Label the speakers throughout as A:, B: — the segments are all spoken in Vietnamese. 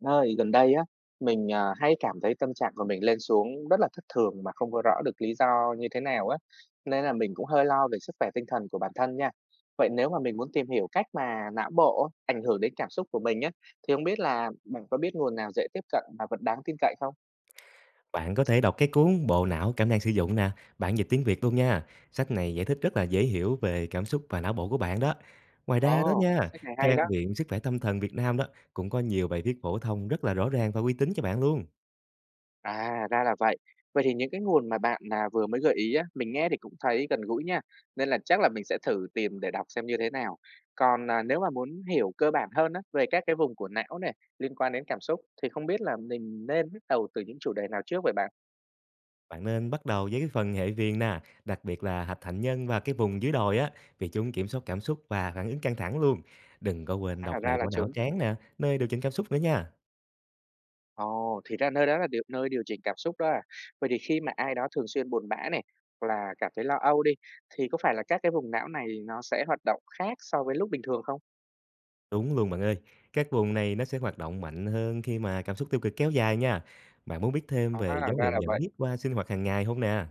A: Nơi gần đây á, mình, hay cảm thấy tâm trạng của mình lên xuống rất là thất thường mà không có rõ được lý do như thế nào á, nên là mình cũng hơi lo về sức khỏe tinh thần của bản thân nha. Vậy nếu mà mình muốn tìm hiểu cách mà não bộ ảnh hưởng đến cảm xúc của mình á, thì không biết là bạn có biết nguồn nào dễ tiếp cận và vẫn đáng tin cậy không?
B: Bạn có thể đọc cái cuốn Bộ não cảm năng sử dụng nè, bản dịch tiếng Việt luôn nha. Sách này giải thích rất là dễ hiểu về cảm xúc và não bộ của bạn đó. Ngoài ra đó
A: Ồ,
B: nha,
A: sách này hay đó.
B: trang Viện Sức khỏe tâm thần Việt Nam đó cũng có nhiều bài viết phổ thông rất là rõ ràng và uy tín cho bạn luôn.
A: À, ra là vậy. Vậy thì những cái nguồn mà bạn, là vừa mới gợi ý á, mình nghe thì cũng thấy gần gũi nha, nên là chắc là mình sẽ thử tìm để đọc xem như thế nào. Còn, nếu mà muốn hiểu cơ bản hơn á, về các cái vùng của não này liên quan đến cảm xúc, thì không biết là mình nên bắt đầu từ những chủ đề nào trước vậy bạn?
B: Bạn nên bắt đầu với cái phần hệ viền nè, đặc biệt là hạch hạnh nhân và cái vùng dưới đồi á, vì chúng kiểm soát cảm xúc và phản ứng căng thẳng luôn. Đừng có quên
A: À,
B: đọc
A: ra
B: về
A: là
B: bộ não
A: chúng.
B: tráng nè, nơi điều chỉnh cảm xúc nữa nha.
A: Ồ, thì ra nơi điều chỉnh cảm xúc đó à? Vậy thì khi mà ai đó thường xuyên buồn bã này, hoặc là cảm thấy lo âu đi, thì có phải là các cái vùng não này nó sẽ hoạt động khác so với lúc bình thường không?
B: Đúng luôn bạn ơi. Các vùng này nó sẽ hoạt động mạnh hơn khi mà cảm xúc tiêu cực kéo dài nha. Bạn muốn biết thêm về
A: À,
B: dấu
A: ra
B: hiệu
A: là
B: nhận
A: vậy.
B: biết qua sinh hoạt hàng ngày không nè?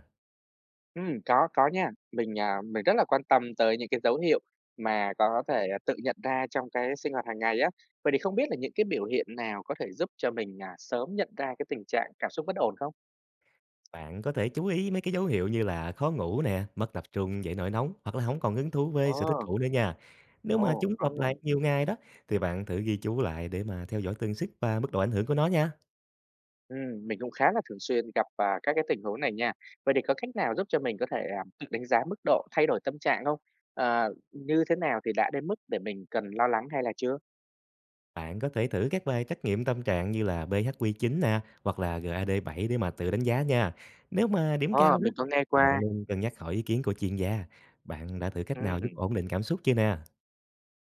A: Có nha. Mình rất là quan tâm tới những cái dấu hiệu mà có thể, tự nhận ra trong cái sinh hoạt hàng ngày á. Vậy thì không biết là những cái biểu hiện nào có thể giúp cho mình, sớm nhận ra cái tình trạng cảm xúc bất ổn không?
B: Bạn có thể chú ý mấy cái dấu hiệu như là khó ngủ nè, mất tập trung, dậy nổi nóng hoặc là không còn hứng thú với
A: Ồ
B: sở thích cũ nữa nha. Nếu mà
A: Ồ,
B: chúng
A: khó
B: lặp lại
A: ngủ.
B: nhiều ngày đó, thì bạn thử ghi chú lại để mà theo dõi tương xích và mức độ ảnh hưởng của nó nha.
A: Ừ, mình cũng khá là thường xuyên gặp, các cái tình huống này nha. Vậy thì có cách nào giúp cho mình có thể, tự đánh giá mức độ thay đổi tâm trạng không? Ờ, như thế nào thì đã đến mức để mình cần lo lắng hay là chưa?
B: Bạn có thể thử các bài trắc nghiệm tâm trạng như là BHQ9 nè, hoặc là GAD7 để mà tự đánh giá nha. Nếu mà điểm cao
A: Ồ,
B: đó,
A: mình có nghe
B: thì bạn
A: qua.
B: nên cân nhắc hỏi ý kiến của chuyên gia. Bạn đã thử cách nào giúp
A: Ừm.
B: ổn định cảm xúc chưa nè?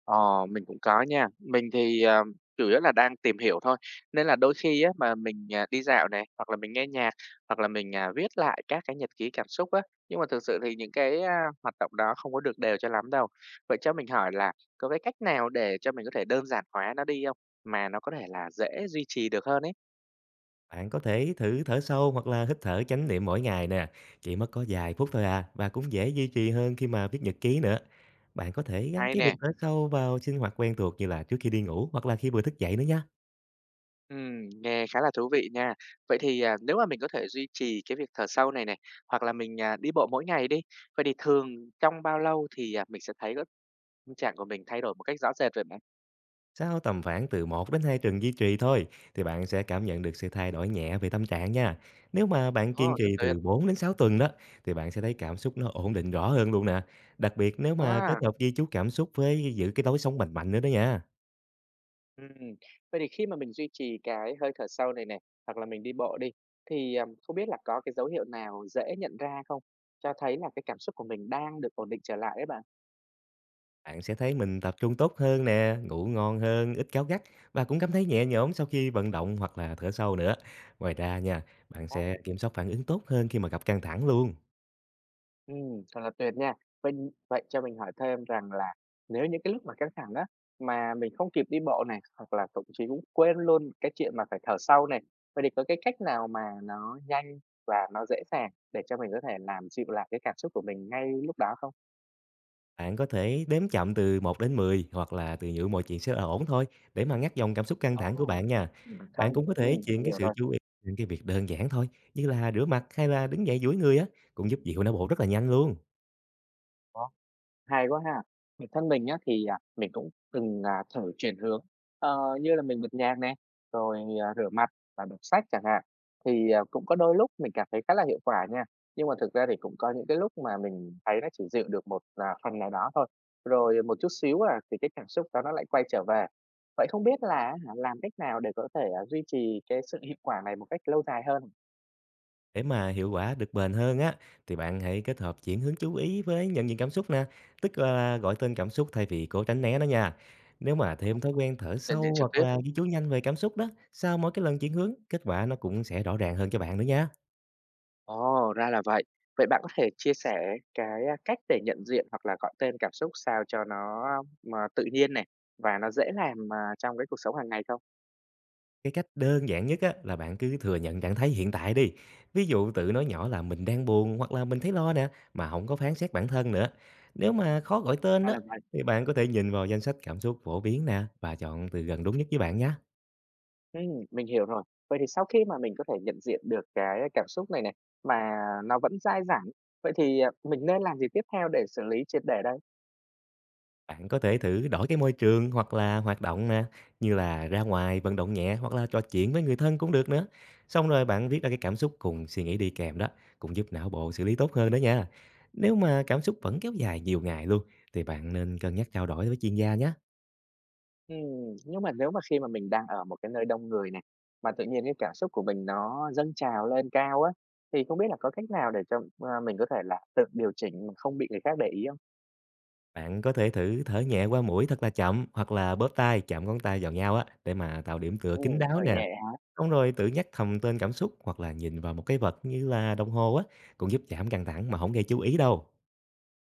A: Ờ, mình cũng có nha. Chủ yếu là đang tìm hiểu thôi, nên là đôi khi á mà mình, đi dạo này, hoặc là mình nghe nhạc, hoặc là mình, viết lại các cái nhật ký cảm xúc á, nhưng mà thực sự thì những cái, hoạt động đó không có được đều cho lắm đâu. Vậy cho mình hỏi là có cái cách nào để cho mình có thể đơn giản hóa nó đi không? Mà nó có thể là dễ duy trì được hơn ấy?
B: Bạn có thể thử thở sâu hoặc là hít thở chánh niệm mỗi ngày nè. Chỉ mất có vài phút thôi à, và cũng dễ duy trì hơn khi mà viết nhật ký nữa. Bạn có thể gắn
A: Hay
B: cái việc
A: nè.
B: thở sâu vào sinh hoạt quen thuộc, như là trước khi đi ngủ hoặc là khi vừa thức dậy nữa nha.
A: Nghe khá là thú vị nha. Vậy thì nếu mà mình có thể duy trì cái việc thở sâu này này, hoặc là mình, đi bộ mỗi ngày đi, vậy thì thường trong bao lâu thì, mình sẽ thấy cái tâm trạng của mình thay đổi một cách rõ rệt vậy bạn?
B: Sau tầm khoảng từ 1 đến 2 tuần duy trì thôi, thì bạn sẽ cảm nhận được sự thay đổi nhẹ về tâm trạng nha. Nếu mà bạn kiên
A: Ồ,
B: trì
A: thật
B: từ
A: tuyệt!
B: 4 đến 6 tuần đó, thì bạn sẽ thấy cảm xúc nó ổn định rõ hơn luôn nè. Đặc biệt nếu mà kết
A: Wow!
B: hợp ghi chú cảm xúc với giữ cái lối sống lành mạnh nữa đó nha.
A: Ừm, vậy thì khi mà mình duy trì cái hơi thở sâu này này, hoặc là mình đi bộ đi, thì, không biết là có cái dấu hiệu nào dễ nhận ra không? Cho thấy là cái cảm xúc của mình đang được ổn định trở lại ấy bạn.
B: Bạn sẽ thấy mình tập trung tốt hơn nè, ngủ ngon hơn, ít cáu gắt, và cũng cảm thấy nhẹ nhõm sau khi vận động hoặc là thở sâu nữa. Ngoài ra nha, bạn sẽ kiểm soát phản ứng tốt hơn khi mà gặp căng thẳng luôn.
A: Ừ, thật là tuyệt nha. Vậy vậy cho mình hỏi thêm rằng là nếu những cái lúc mà căng thẳng á, mà mình không kịp đi bộ này, hoặc là thậm chí cũng quên luôn cái chuyện mà phải thở sâu này, vậy thì có cái cách nào mà nó nhanh và nó dễ dàng để cho mình có thể làm dịu lại cái cảm xúc của mình ngay lúc đó không?
B: Bạn có thể đếm chậm từ 1 đến 10, hoặc là từ nhự mọi chuyện sẽ ổn thôi, để mà ngắt dòng cảm xúc căng thẳng của
A: Ồ,
B: bạn nha.
A: bản
B: Bạn
A: thân,
B: cũng có thể
A: mình
B: chuyển cái
A: hiểu
B: sự
A: rồi.
B: chú ý những cái việc đơn giản thôi, như là rửa mặt hay là đứng dậy duỗi người á, cũng giúp dịu não bộ rất là nhanh luôn.
A: Hay quá ha! Bản thân mình á, mình cũng từng, thử chuyển hướng, ờ, như là mình bật nhạc này, rồi, rửa mặt và đọc sách chẳng hạn. Cũng có đôi lúc mình cảm thấy khá là hiệu quả nha, nhưng mà thực ra thì cũng có những cái lúc mà mình thấy nó chỉ dịu được một, phần nào đó thôi, rồi một chút xíu thì cái cảm xúc đó nó lại quay trở về. Vậy không biết là hả, làm cách nào để có thể, duy trì cái sự hiệu quả này một cách lâu dài hơn?
B: Để mà hiệu quả được bền hơn á, thì bạn hãy kết hợp chuyển hướng chú ý với nhận diện cảm xúc nè, tức là gọi tên cảm xúc thay vì cố tránh né nó nha. Nếu mà thêm thói quen thở
A: Nhận diện
B: sâu
A: trực
B: hoặc
A: tiếp.
B: là ghi chú nhanh về cảm xúc đó, sau mỗi cái lần chuyển hướng, kết quả nó cũng sẽ rõ ràng hơn cho bạn nữa nha.
A: Ồ, ra là vậy. Vậy bạn có thể chia sẻ cái, cách để nhận diện hoặc là gọi tên cảm xúc sao cho nó mà tự nhiên này, và nó dễ làm, mà trong cái cuộc sống hàng ngày không?
B: Cái cách đơn giản nhất á là bạn cứ thừa nhận trạng thái hiện tại đi. Ví dụ tự nói nhỏ là mình đang buồn hoặc là mình thấy lo nè, mà không có phán xét bản thân nữa. Nếu mà khó gọi tên
A: Ra
B: đó,
A: là vậy.
B: thì bạn có thể nhìn vào danh sách cảm xúc phổ biến nè, và chọn từ gần đúng nhất với bạn nhé.
A: Ừm, mình hiểu rồi. Vậy thì sau khi mà mình có thể nhận diện được cái cảm xúc này này, mà nó vẫn dai dẳng, vậy thì, mình nên làm gì tiếp theo để xử lý triệt để đây?
B: Bạn có thể thử đổi cái môi trường hoặc là hoạt động nè, như là ra ngoài vận động nhẹ hoặc là trò chuyện với người thân cũng được nữa. Xong rồi bạn viết ra cái cảm xúc cùng suy nghĩ đi kèm đó, cũng giúp não bộ xử lý tốt hơn đó nha. Nếu mà cảm xúc vẫn kéo dài nhiều ngày luôn, thì bạn nên cân nhắc trao đổi với chuyên gia nhé.
A: Nhưng mà nếu mà khi mà mình đang ở một cái nơi đông người này, mà tự nhiên cái cảm xúc của mình nó dâng trào lên cao á, thì không biết là có cách nào để cho, mình có thể là tự điều chỉnh mà không bị người khác để ý không?
B: Bạn có thể thử thở nhẹ qua mũi thật là chậm, hoặc là bóp tay chạm ngón tay vào nhau á, để mà tạo điểm tựa kín
A: Thở
B: đáo nè.
A: nhẹ hả?
B: Xong rồi tự nhắc thầm tên cảm xúc hoặc là nhìn vào một cái vật như là đồng hồ á, cũng giúp giảm căng thẳng mà không gây chú ý đâu.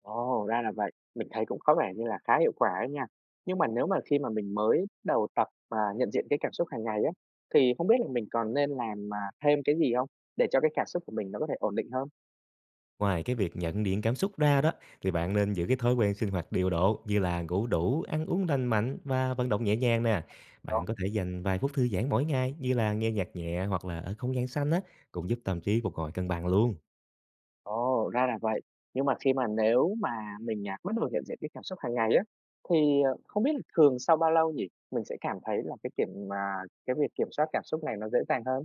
A: Ồ, ra là vậy. Mình thấy cũng có vẻ như là khá hiệu quả ấy nha. Nhưng mà nếu mà khi mà mình mới bắt đầu tập, mà nhận diện cái cảm xúc hàng ngày á, thì không biết là mình còn nên làm, mà thêm cái gì không để cho cái cảm xúc của mình nó có thể ổn định hơn?
B: Ngoài cái việc nhận diện cảm xúc ra đó, thì bạn nên giữ cái thói quen sinh hoạt điều độ, như là ngủ đủ, ăn uống lành mạnh và vận động nhẹ nhàng nè. Bạn có thể dành vài phút thư giãn mỗi ngày, như là nghe nhạc nhẹ hoặc là ở không gian xanh á, cũng giúp tâm trí phục hồi cân bằng luôn.
A: Ồ, ra là vậy. Nhưng mà khi mà nếu mà mình, bắt đầu hiện diện cái cảm xúc hàng ngày á, thì, ờ, không biết là thường sau bao lâu nhỉ? Mình sẽ cảm thấy là cái việc kiểm soát cảm xúc này nó dễ dàng hơn?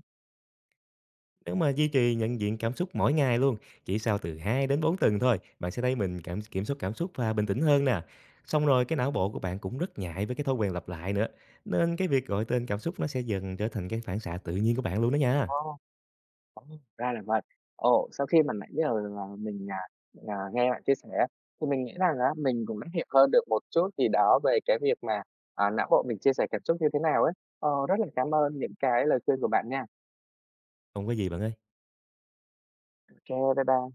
B: Nếu mà duy trì nhận diện cảm xúc mỗi ngày luôn, chỉ sau từ 2 đến 4 tuần thôi, bạn sẽ thấy mình cảm kiểm soát cảm xúc và bình tĩnh hơn nè. Xong rồi cái não bộ của bạn cũng rất nhạy với cái thói quen lặp lại nữa. Nên cái việc gọi tên cảm xúc nó sẽ dần trở thành cái phản xạ tự nhiên của bạn luôn đó nha.
A: Ồ, Ồ, ra là vậy. Ồ, sau khi mà nãy giờ là mình, à, à, nghe bạn chia sẻ thì mình nghĩ rằng á, mình cũng đã hiểu hơn được một chút gì đó về cái việc mà, não bộ mình chia sẻ cảm xúc như thế nào ấy. Ờ, rất là cảm ơn những cái lời khuyên của bạn nha.
B: Không có gì bạn ơi.
A: Ô kê, bye bye.